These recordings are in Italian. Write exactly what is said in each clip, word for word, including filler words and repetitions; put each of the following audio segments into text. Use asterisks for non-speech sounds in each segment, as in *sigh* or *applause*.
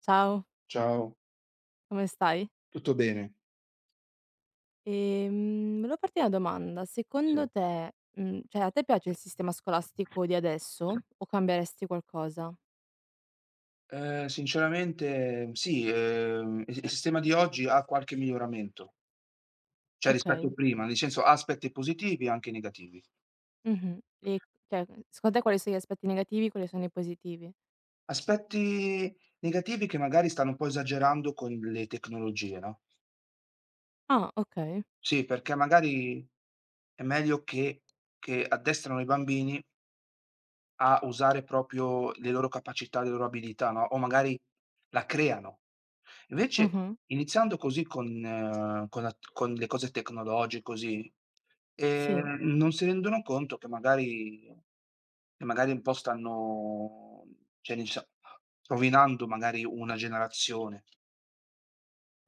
Ciao, Ciao, come stai? tutto bene? Ehm, volevo farti una domanda. Sì. Secondo te, mhmm, cioè a te piace il sistema scolastico di adesso o cambieresti qualcosa? Ehm, sinceramente sì, ehm, il il sistema di oggi ha qualche miglioramento, cioè rispetto a Okay, prima, nel senso ha aspetti positivi e anche negativi. mh-mh. E cioè, secondo te quali sono gli aspetti negativi, quali sono i positivi? Aspetti negativi che magari stanno un po' esagerando con le tecnologie, no, Ah, okay. sì, perché magari è meglio che che addestrano i bambini a usare proprio le loro capacità, le loro abilità, no, o magari la creano. Invece Mh-mh. iniziando così con eh, con la con le cose tecnologiche così, Sì, ehm, non si rendono conto che magari che magari un po' stanno cioè nel sen rovinando magari una generazione.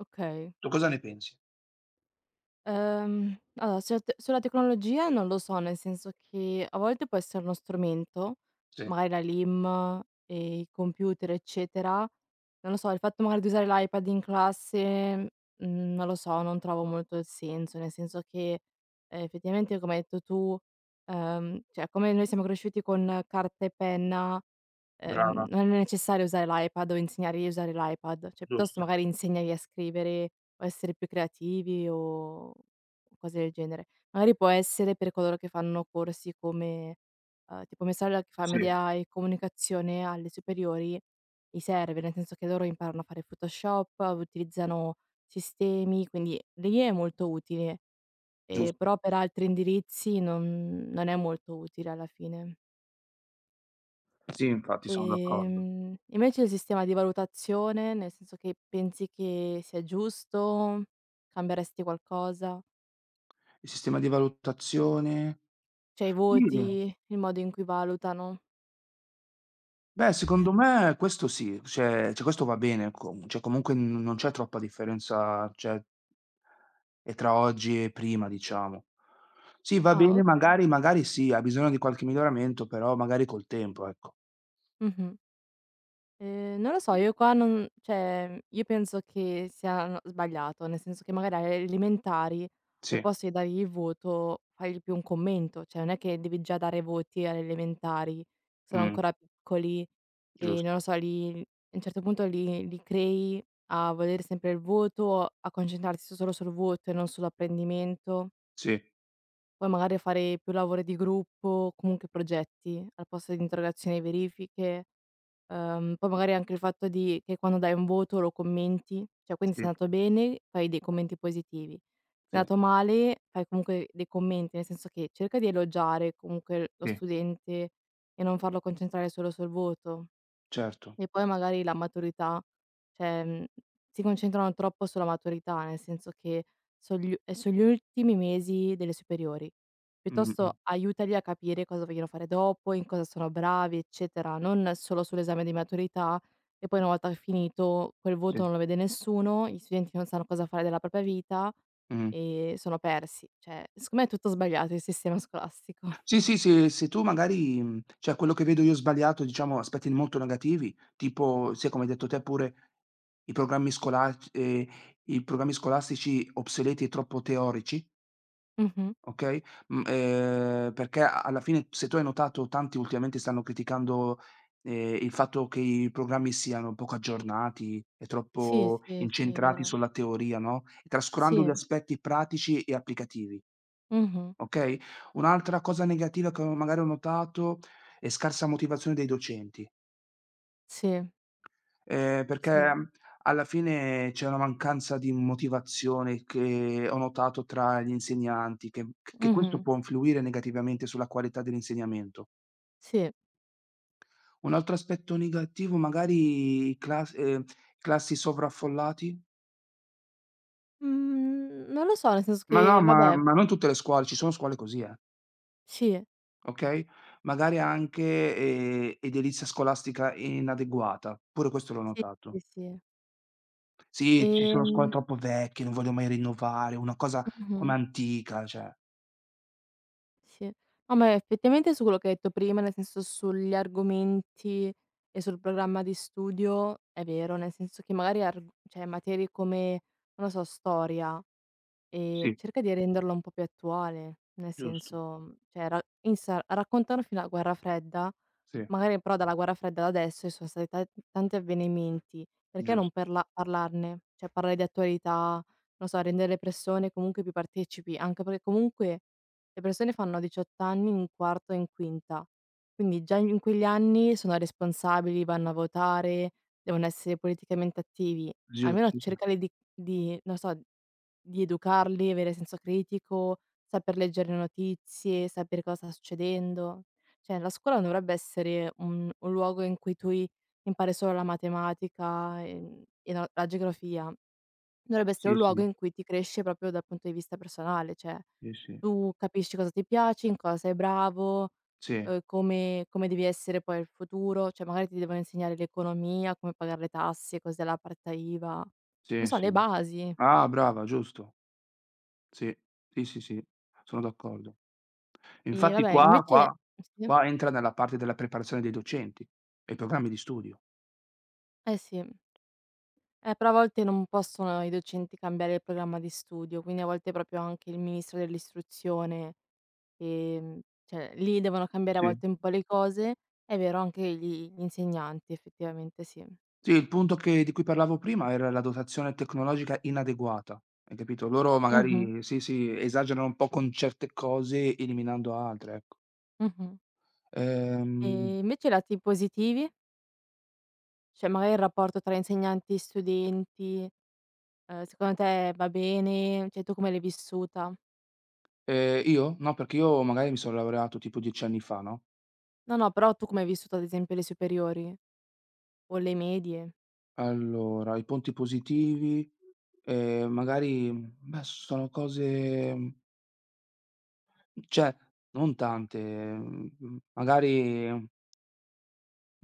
okay. Tu cosa ne pensi? Ehm, allora sulla te sulla tecnologia non lo so, nel senso che a volte può essere uno strumento, Sì, magari la LIM, ehm, i computer eccetera. Non lo so, il fatto magari di usare l'iPad in classe, mhmm, non lo so, non trovo molto il senso, nel senso che, ehm, effettivamente come hai detto tu, ehm, cioè come noi siamo cresciuti con carta e penna, ehm, brava, non è necessario usare l'iPad o insegnargli a usare l'iPad, cioè piuttosto giusto. magari insegnagli a scrivere o essere più creativi o o cose del genere. Magari può essere per coloro che fanno corsi come uhm, tipo mia sorella che fa Sì, media e comunicazione alle superiori, gli serve, nel senso che loro imparano a fare Photoshop, utilizzano sistemi, quindi lì è molto utile, ehm, giusto. però per altri indirizzi non non è molto utile alla fine. Sì, infatti sono d'accordo. Ehm, invece il sistema di valutazione, nel senso che pensi che sia giusto? Cambieresti qualcosa? Il sistema di valutazione, Cioè i sì. voti, il modo in cui valutano? Beh, secondo me questo sì, cioè cioè questo va bene, com cioè comunque n non c'è troppa differenza, cioè e tra oggi e prima, diciamo. Sì, va Ah, bene, okay. magari magari sì, ha bisogno di qualche miglioramento, però magari col tempo, ecco. Mh-mh. Ehm, non lo so, io qua non cioè, io penso che sia, no, sbagliato, nel senso che magari alle elementari al Sì, posto di dargli il voto fagli più un commento, cioè non è che devi già dare voti alle elementari, sono mh, ancora piccoli e giusto. non lo so, li a un certo punto li li crei a volere sempre il voto, a concentrarsi solo sul voto e non sull'apprendimento. Sì, Poi magari fare più lavori di gruppo, comunque progetti, al posto di interrogazioni e verifiche. Ehm, poi magari anche il fatto di che quando dai un voto lo commenti, cioè quindi se è sì, andato bene fai dei commenti positivi, se è sì, andato male fai comunque dei commenti, nel senso che cerca di elogiare comunque lo sì, studente e non farlo concentrare solo sul voto. certo. E poi magari la maturità, cioè, mhmm, si concentrano troppo sulla maturità, nel senso che son gli u ehm, son gli ultimi mesi delle superiori. Mh-mh, Piuttosto aiutali a capire cosa vogliono fare dopo, in cosa sono bravi, eccetera, non solo sull'esame di maturità e poi una volta finito quel sì, voto non lo vede nessuno, gli studenti non sanno cosa fare della propria vita mh. e sono persi. Cioè, secondo me è tutto sbagliato il sistema scolastico. Sì, sì, se se tu magari, mhmm, cioè quello che vedo io sbagliato, diciamo aspetti molto negativi, tipo sì, come hai detto te pure, i programmi scolac ehm, i programmi scolastici obsoleti e troppo teorici, *laughs* Mh-mh. okay, mhmm, ehm, perché a alla fine, se tu hai notato, tanti ultimamente stanno criticando, ehm, il fatto che i programmi siano poco aggiornati e Sì, troppo sì, sì, è incentrati vero. sulla teoria, no, trascurando gli Sì. aspetti pratici e applicativi. Mh-mh. Okay? Un'altra cosa negativa che ho magari ho notato è scarsa motivazione dei docenti, Sì. ehm, perché Sì. mm, alla fine c'è una mancanza di motivazione che ho notato tra gli insegnanti, che che questo Mh-mh. può influire negativamente sulla qualità dell'insegnamento. Sì. Un altro aspetto negativo, magari, clas ehm, classi sovraffollati? Mhmm, non lo so, nel senso Ma no, che ma vabbè, ma non tutte le scuole, ci sono scuole così, eh, sì, okay? Magari anche, ehm, edilizia scolastica inadeguata, pure questo l'ho sì, sì, notato. sì. Sì, ci sono scuole Ehm troppo vecchie, non voglio mai rinnovare, una cosa mh-mh, come antica, cioè, sì. No, ma effettivamente su quello che hai detto prima, nel senso sugli argomenti e sul programma di studio, è vero, nel senso che magari arg cioè materie come, non lo so, storia, ehm, sì, cerca di renderla un po' più attuale, nel giusto, senso, cioè ra insa raccontano fino alla guerra fredda. sì, Magari però dalla guerra fredda ad adesso ci sono stati ta tanti avvenimenti, perché non gius perla parlarne? Cioè parlare di attualità, non so, rendere le persone comunque più partecipi, anche perché comunque le persone fanno diciotto anni in quarto e in quinta, quindi già in quegli anni sono responsabili, vanno a votare, devono essere politicamente attivi. giu Almeno sì, sì, cercare di di non so di educarli, avere senso critico, saper leggere le notizie, sapere cosa sta succedendo. Cioè la scuola non dovrebbe essere un un luogo in cui tu i impari solo la matematica, ehm, e la la geografia. Dovrebbe essere sì, un luogo sì, in cui ti cresce proprio dal punto di vista personale, cioè sì, sì, tu capisci cosa ti piace, in cosa sei bravo, sì, uhm, come come devi essere poi il futuro, cioè magari ti devono insegnare l'economia, come pagare le tasse, cos'è la partita IVA, non sì, so le sì. basi. Ah, brava, giusto. Sì, sì, sì, sì, sono d'accordo. E Infatti vabbè, qua, invece qua sì? qua entra nella parte della preparazione dei docenti e programmi di studio. Eh sì. Eh, però a volte non possono i docenti cambiare il programma di studio, quindi a volte proprio anche il ministro dell'istruzione, ehm, cioè lì devono cambiare a Sì. volte un po' le cose. È vero anche gli gli insegnanti effettivamente, sì. Sì, il punto che di cui parlavo prima era la dotazione tecnologica inadeguata, hai capito? Loro Mh-mh, magari sì, sì, esagerano un po' con certe cose eliminando altre, ecco. mh-mh. Ehm, E invece i lati positivi? Cioè magari il rapporto tra insegnanti e studenti, ehm, secondo te va bene? Cioè tu come l'hai vissuta? ehm, io? No, perché io magari mi sono laureato tipo dieci anni fa, no, No, no, però tu come hai vissuto ad esempio le superiori o le medie? allora i punti positivi, ehm, magari, beh, sono cose, mhmm, cioè non tante, mhmm, magari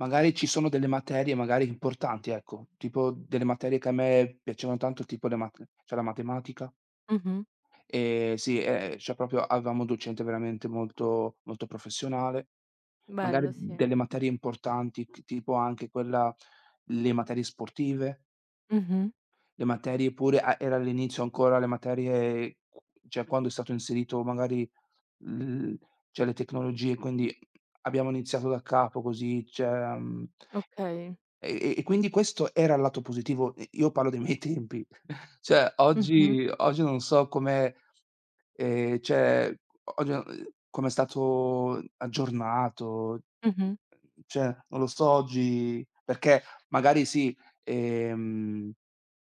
Magari ci sono delle materie magari importanti, ecco, tipo delle materie che a me piacevano tanto, tipo le mat cioè la matematica, Mh-mh. ehm, sì, ehm, cioè proprio avevamo un docente veramente molto molto professionale. Magari Bello, sì. delle materie importanti, t tipo anche quella, le materie sportive, Mh-mh. le materie pure a era all'inizio, ancora le materie, q cioè quando è stato inserito magari l cioè le tecnologie, quindi abbiamo iniziato da capo così, cioè, mhmm Okay. E e e quindi questo era il lato positivo, e io parlo dei miei tempi. *laughs* Cioè Mh-mh. oggi oggi non so come, ehm, cioè oggi, uhm, com'è stato aggiornato, Mh-mh. cioè non lo so oggi, perché magari sì, ehm,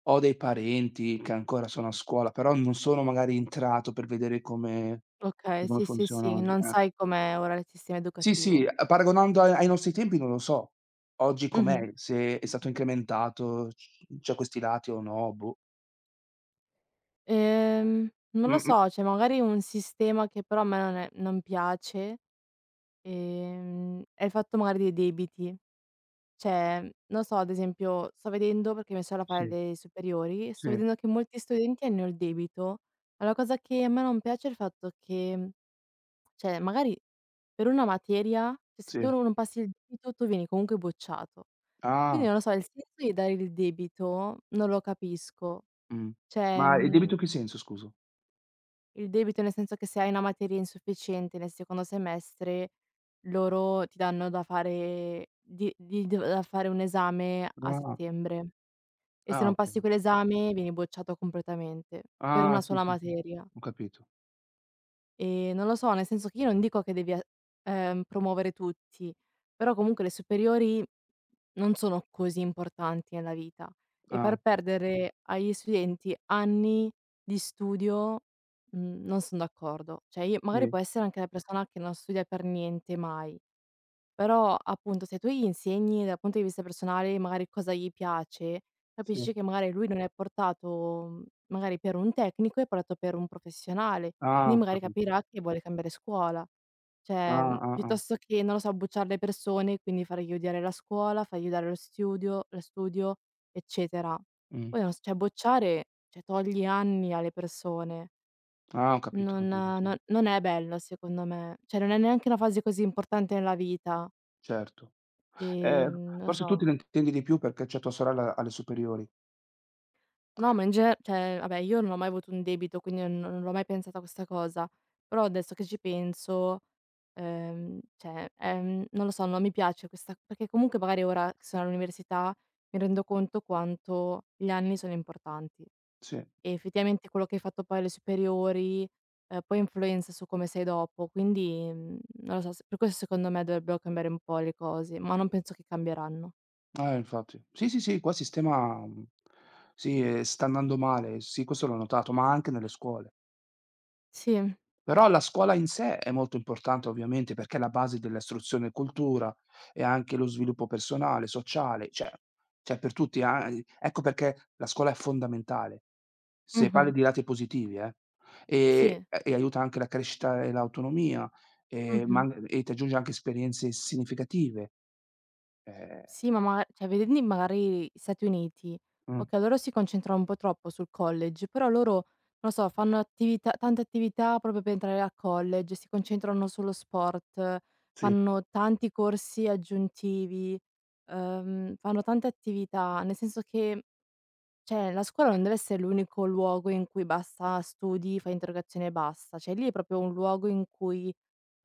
ho dei parenti che ancora sono a scuola, però non sono magari entrato per vedere come Okay, come sì, sì, funziona sì, oggi. non Eh. sai com'è ora il sistema Sì, sì, educativo. uhm, paragonando a ai nostri tempi, non lo so oggi Mh-mh. com'è, se è stato incrementato c da questi lati o no, boh. Ehm, Non lo Mh-mh. so, cioè magari un sistema che però a me non è non piace, ehm, è il fatto magari dei debiti. Cioè, non so, ad esempio sto vedendo, perché mia sorella fa Sì, le superiori, sì, sto vedendo che molti studenti hanno il debito. Allora, la cosa che a me non piace è il fatto che. Cioè, magari per una materia, cioè se tu sì. non passi il debito, tu vieni comunque bocciato. Quindi Ah, non lo so, il senso di dare il debito non lo capisco. mh. Cioè, Ma il debito mhmm, in che senso, scusa? il debito nel senso che se hai una materia insufficiente nel secondo semestre, loro ti danno da fare di di d da fare un esame a Ah, settembre e se ah, non okay. passi quell'esame vieni bocciato completamente per Ah, una sì, sola sì, sì, materia. ho capito. Ehm, non lo so, nel senso che io non dico che devi a ehm, promuovere tutti, però comunque le superiori non sono così importanti nella vita e Ah, far perdere agli studenti anni di studio, mhmm, non son d'accordo. Cioè io magari sì, può essere anche la persona che non studia per niente mai, però appunto se tu gli insegni dal punto di vista personale magari cosa gli piace, sì. capisci che magari lui non è portato, mhmm, magari per un tecnico, è portato per un professionale, Ah, quindi ho magari capito. capirà che vuole cambiare scuola. Cioè, Ah, mhmm, ah, ah. piuttosto che, non lo so, bocciare le persone, quindi fargli odiare la scuola, fargli odiare lo studio lo studio, eccetera. Mh. Poi non s cioè bocciare, cioè togli anni alle persone, Ah, ho capito, ho non capito, sì. non non è bello secondo me, cioè non è neanche una fase così importante nella vita. Certo. Eh, Ehm, non lo forse tu te so. ne intendi di più perché c'è tua sorella alle superiori. No, ma in gene cioè vabbè io non ho mai avuto un debito, quindi non non l'ho mai pensata questa cosa. Però adesso che ci penso, ehm, cioè, ehm, non lo so, non mi piace questa perché comunque magari ora che sono all'università mi rendo conto quanto gli anni sono importanti Sì. e effettivamente quello che hai fatto poi alle superiori, ehm, poi influenza su come sei dopo, quindi, mhmm, non lo so, s per questo secondo me dovrebbero cambiare un po' le cose, ma non penso che cambieranno. Eh, infatti. Sì, sì, sì, qua il sistema, mhmm, sì, ehm, sta andando male, sì, questo l'ho notato, ma anche nelle scuole. Sì, Però la scuola in sé è molto importante, ovviamente, perché è la base dell'istruzione e cultura, e anche lo sviluppo personale, sociale, cioè, cioè per tutti, a i ecco perché la scuola è fondamentale, se parli mh-mh, di lati positivi, eh, e sì, e aiuta anche la crescita e l'autonomia, ehm, ma mh-mh. an e ti aggiunge anche esperienze significative. Ehm, Sì, ma maga cioè vedendoli magari Stati Uniti, mh, okay, loro si concentrano un po' troppo sul college, però loro, non lo so, fanno attività tante attività proprio per entrare al college, si concentrano sullo sport, sì, fanno tanti corsi aggiuntivi, ehm, fanno tante attività, nel senso che, cioè la scuola non deve essere l'unico luogo in cui basta studi, fai interrogazione e basta, cioè lì è proprio un luogo in cui.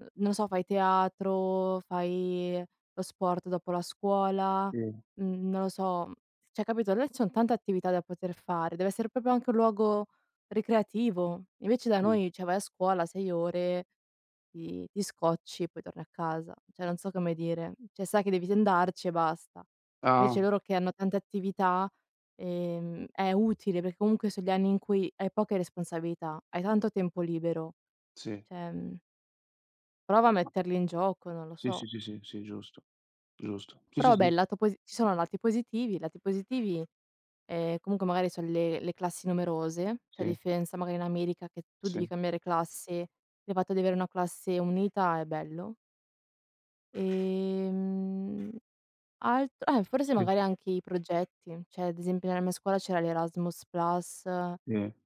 N non so, fai teatro, fai lo sport dopo la scuola, sì, mhmm, non lo so, cioè capito, là ci son tante attività da poter fare, deve essere proprio anche un luogo ricreativo. Invece da sì. noi, cioè vai a scuola sei ore, ti ti scocci, poi torni a casa. Cioè non so come dire, cioè sai che devi andarci e basta. Ah, Invece loro che hanno tante attività, ehm, è utile perché comunque son gli anni in cui hai poche responsabilità, hai tanto tempo libero, sì. cioè, mhmm prova a metterli in gioco, non lo Sì, sì, so. sì, sì, sì, giusto. Giusto. Sì, Però sì, vabbè sì. il lato posi ci sono lati positivi, i lati positivi, ehm, comunque magari son le le classi numerose, cioè a Sì, differenza magari in America che tu sì, devi sì, cambiare classe, il fatto di avere una classe unita è bello. Ehm, alt eh, forse sì, magari anche i progetti, cioè ad esempio nella mia scuola c'era l'Erasmus Plus, eh,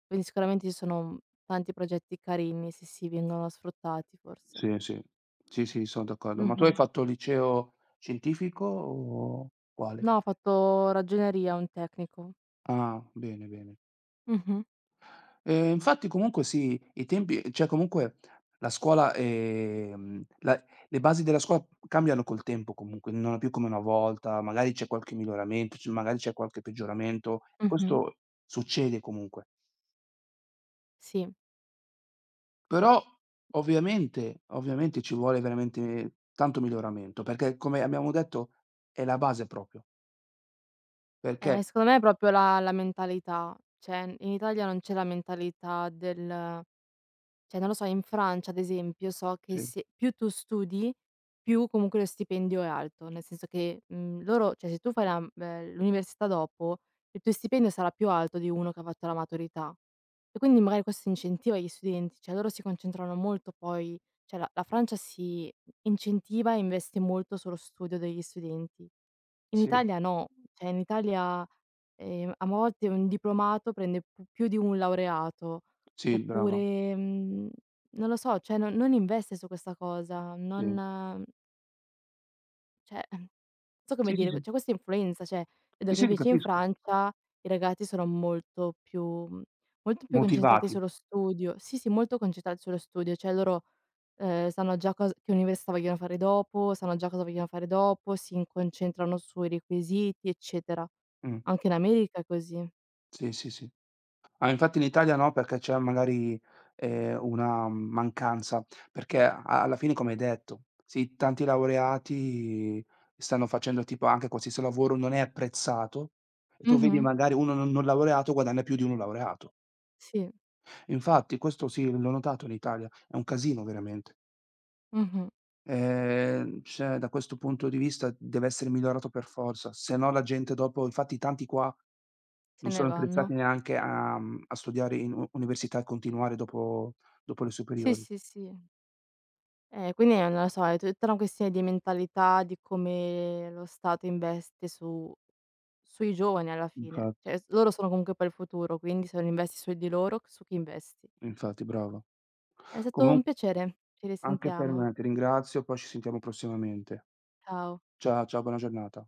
quindi sicuramente ci sono tanti progetti carini, sì, sì, vengono sfruttati forse. sì, sì. Sì, sì, son d'accordo. Ma tu hai Mh-mh. fatto liceo scientifico o quale? No, ha fatto ragioneria un tecnico. Ah, bene, bene. Mh-mh, Ehm, infatti comunque sì, i tempi, cioè comunque la scuola, ehm, la le basi della scuola cambiano col tempo comunque, non è più come una volta, magari c'è qualche miglioramento, c magari c'è qualche peggioramento, e mh-mh. questo succede comunque. Sì. Però ovviamente, ovviamente ci vuole veramente tanto miglioramento, perché come abbiamo detto è la base, proprio, perché Ehm, secondo me è proprio la la mentalità. Cioè, n in Italia non c'è la mentalità del cioè, non lo so, in Francia ad esempio so che sì, se più tu studi, più comunque lo stipendio è alto, nel senso che, mhmm, loro cioè se tu fai la m ehm, l'università dopo, il tuo stipendio sarà più alto di uno che ha fatto la maturità. E quindi magari questo incentiva gli studenti, cioè loro si concentrano molto poi cioè la la Francia si incentiva e investe molto sullo studio degli studenti. In sì, Italia no, cioè in Italia, ehm, a volte un diplomato prende p più di un laureato, sì, brava, oppure, mhmm, non lo so, cioè non non investe su questa cosa, sì. non cioè, non so come Sì, sì, dire, sì. c'è questa influenza, cioè vedo Sì, che sì, ti invece in capisco. Francia i ragazzi sono molto più molto più concentrati Motivati. sullo studio sì, sì, molto concentrati sullo studio, cioè loro Ehm, sanno già cos che università vogliono fare dopo, sanno già cosa vogliono fare dopo, si in concentrano sui requisiti, eccetera. Mh. Anche in America è così. Sì, sì, sì. Ah, infatti in Italia no, perché c'è magari, ehm, una, mhmm, mancanza, perché a alla fine, come hai detto, sì, tanti laureati stanno facendo tipo anche qualsiasi lavoro, non è apprezzato, e tu vedi Mh-mh. magari uno non non laureato guadagna più di uno laureato. Sì. Infatti questo sì, l'ho notato in Italia, è un casino veramente. Mh-mh. Ehm, cioè da questo punto di vista deve essere migliorato per forza, se no la gente dopo, infatti tanti qua Se non ne sono vanno. attrezzati neanche a mhmm, a studiare in u università e continuare dopo dopo le Sì, superiori. sì, sì. Eh, quindi eh, non lo so, è tutta una questione di mentalità, di come lo Stato investe su sui giovani alla fine. Infatti, Cioè s loro sono comunque poi il futuro, quindi se non investi su di loro, su chi investi? infatti, brava. È stato Comun un piacere. Ci anche per risentiamo. me, ti ringrazio, poi ci sentiamo prossimamente. Ciao. Cia ciao, buona giornata.